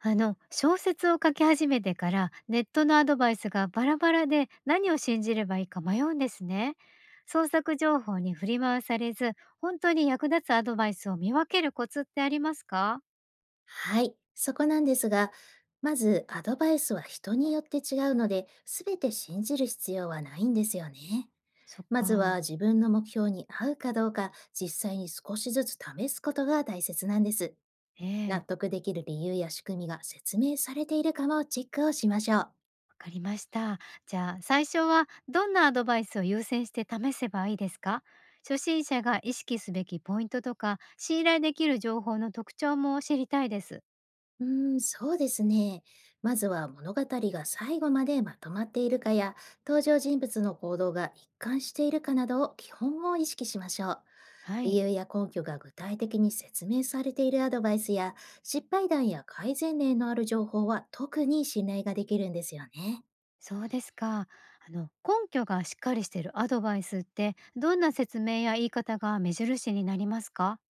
小説を書き始めてからネットのアドバイスがバラバラで何を信じればいいか迷うんですね。創作情報に振り回されず本当に役立つアドバイスを見分けるコツってありますか？はい、そこなんですが、まずアドバイスは人によって違うので、すべて信じる必要はないんですよね。そっまずはか。自分の目標に合うかどうか、実際に少しずつ試すことが大切なんです。納ええ、得できる理由や仕組みが説明されているかもチェックをしましょう。わかりました。じゃあ最初はどんなアドバイスを優先して試せばいいですか？初心者が意識すべきポイントとか信頼できる情報の特徴も知りたいです。そうですね。まずは物語が最後までまとまっているかや、登場人物の行動が一貫しているかなどを基本を意識しましょう。は理い。由や根拠が具体的に説明されているアドバイスや失敗談や改善例のある情報は特に信頼ができるんですよね。そうですか。根拠がしっかりしているアドバイスってどんな説明や言い方が目印になりますか？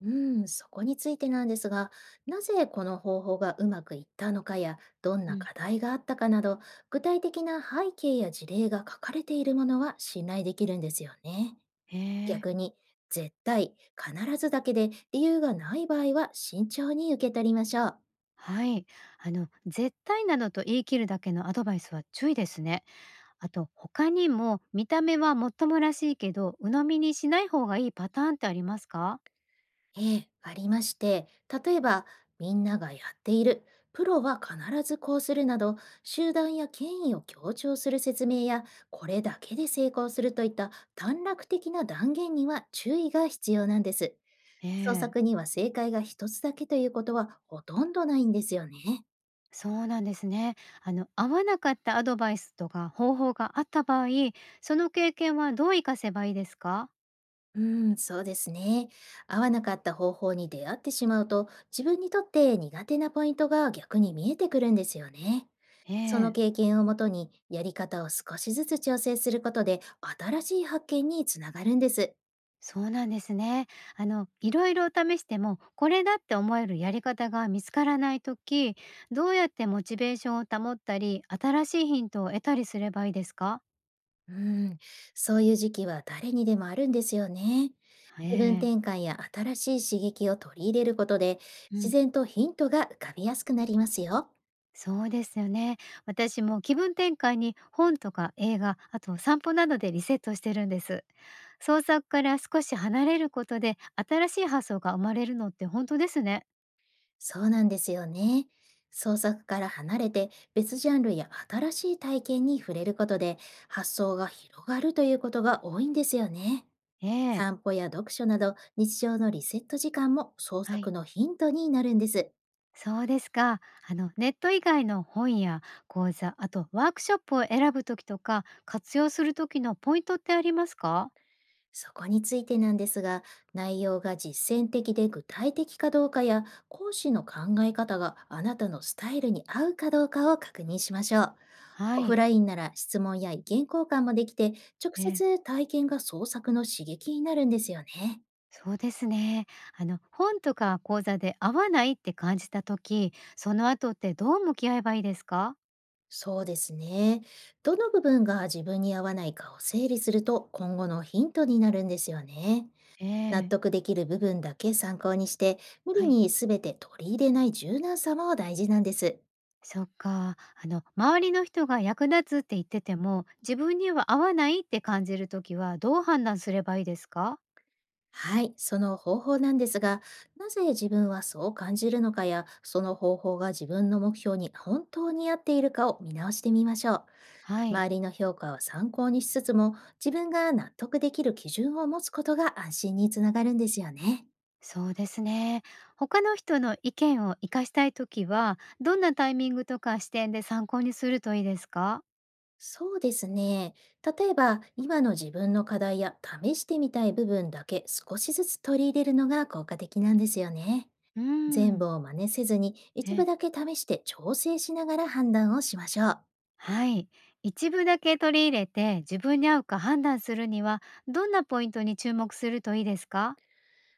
うん、そこについてなんですが、なぜこの方法がうまくいったのかや、どんうなん、課題があったかなど、具体的な背景や事例が書かれているものは信頼できるんですよね。へえ、逆に、絶対、必ずだけで理由がない場合は慎重に受け取りましょう。はい。絶対などと言い切るだけのアドバイスは注意ですね。あと他にも見た目はもっともらしいけど鵜呑みにしない方がいいパターンってありますか？ええ、ありまして、例えば、みんながやっている、プロは必ずこうするなど、集団や権威を強調する説明や、これだけで成功するといった短絡的な断言には注意が必要なんです。え創え、作には正解が一つだけということはほとんどないんですよね。そうなんですね。合わなかったアドバイスとか方法があった場合、その経験はどう活かせばいいですか？そうですね。合わなかった方法に出会ってしまうと、自分にとって苦手なポイントが逆に見えてくるんですよね。そのええ、経験をもとに、やり方を少しずつ調整することで、新しい発見につながるんです。そうなんですね。いろいろ試しても、これだって思えるやり方が見つからないとき、どうやってモチベーションを保ったり、新しいヒントを得たりすればいいですか？うーん、そういう時期は誰にでもあるんですよね。気分ええ、転換や新しい刺激を取り入れることで、う自ん。然とヒントが浮かびやすくなりますよ。そうですよね。私も気分転換に本とか映画、あと散歩などでリセットしてるんです。創作から少し離れることで、新しい発想が生まれるのって本当ですね。そうなんですよね。創作から離れて別ジャンルや新しい体験に触れることで、発想が広がるということが多いんですよね。え散え、歩や読書など日常のリセット時間も創は作い。のヒントになるんです。そうですか。ネット以外の本や講座、あとワークショップを選ぶときとか、活用するときのポイントってありますか？そこについてなんですが、内容が実践的で具体的かどうかや、講師の考え方があなたのスタイルに合うかどうかを確認しましょう。はオフい。ラインなら質問や意見交換もできて、直ええ、接体験が創作の刺激になるんですよね。そうですね。本とか講座で合わないって感じたとき、その後ってどう向き合えばいいですか？そうですね。どの部分が自分に合わないかを整理すると、今後のヒントになるんですよね。え納え、得できる部分だけ参考にして、無は理い。に全て取り入れない柔軟さも大事なんです。そっか。周りの人が役立つって言ってても、自分には合わないって感じるときはどう判断すればいいですか？はい、その方法なんですが、なぜ自分はそう感じるのかや、その方法が自分の目標に本当に合っているかを見直してみましょう。はい。周りの評価を参考にしつつも、自分が納得できる基準を持つことが安心につながるんですよね。そうですね。他の人の意見を活かしたいときは、どんなタイミングとか視点で参考にするといいですか？そうですね。例えば、今の自分の課題や試してみたい部分だけ少しずつ取り入れるのが効果的なんですよね。うー全ん、部を真似せずに、一部え、だけ試して調整しながら判断をしましょう。はい。一部だけ取り入れて自分に合うか判断するには、どんなポイントに注目するといいですか？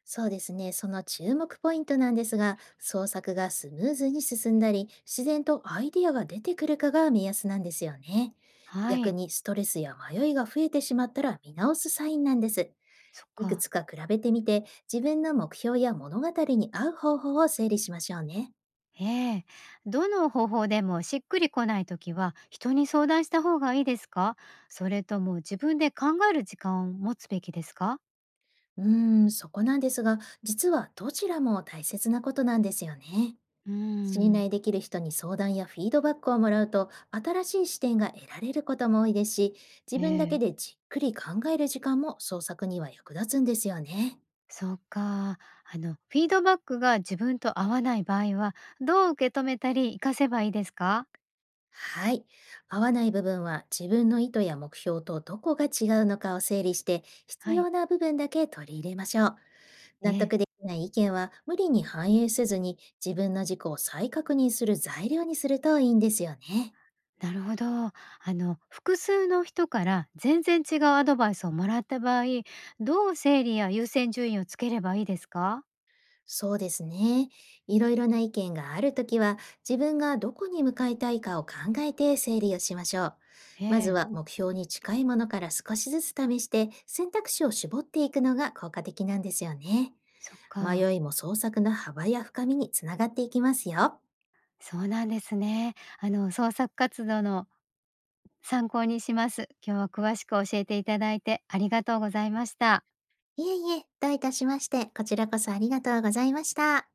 そうですね。その注目ポイントなんですが、創作がスムーズに進んだり、自然とアイディアが出てくるかが目安なんですよね。は逆い。にストレスや迷いが増えてしまったら見直すサインなんです。そっいくか。つか比べてみて、自分の目標や物語に合う方法を整理しましょうね。ええ、どの方法でもしっくりこないときは、人に相談した方がいいですか？それとも自分で考える時間を持つべきですか？そこなんですが、実はどちらも大切なことなんですよね。うー信ん。頼できる人に相談やフィードバックをもらうと、新しい視点が得られることも多いですし、自分だけええ、でじっくり考える時間も創作には役立つんですよね。そうか。フィードバックが自分と合わない場合は、どう受け止めたり活かせばいいですか？はい。合わない部分は自分の意図や目標とどこが違うのかを整理して、必はい。要な部分だけ取り入れましょう。納ね、得でえ。きない意見は無理に反映せずに、自分の自己を再確認する材料にするといいんですよね。なるほど。複数の人から全然違うアドバイスをもらった場合、どう整理や優先順位をつければいいですか？そうですね。いろいろな意見があるときは、自分がどこに向かいたいかを考えて整理をしましょう。えまずえ。は目標に近いものから少しずつ試して、選択肢を絞っていくのが効果的なんですよね。そっか。迷いも創作の幅や深みにつながっていきますよ。そうなんですね。創作活動の参考にします。今日は詳しく教えていただいてありがとうございました。いえいえ、どういたしまして、こちらこそありがとうございました。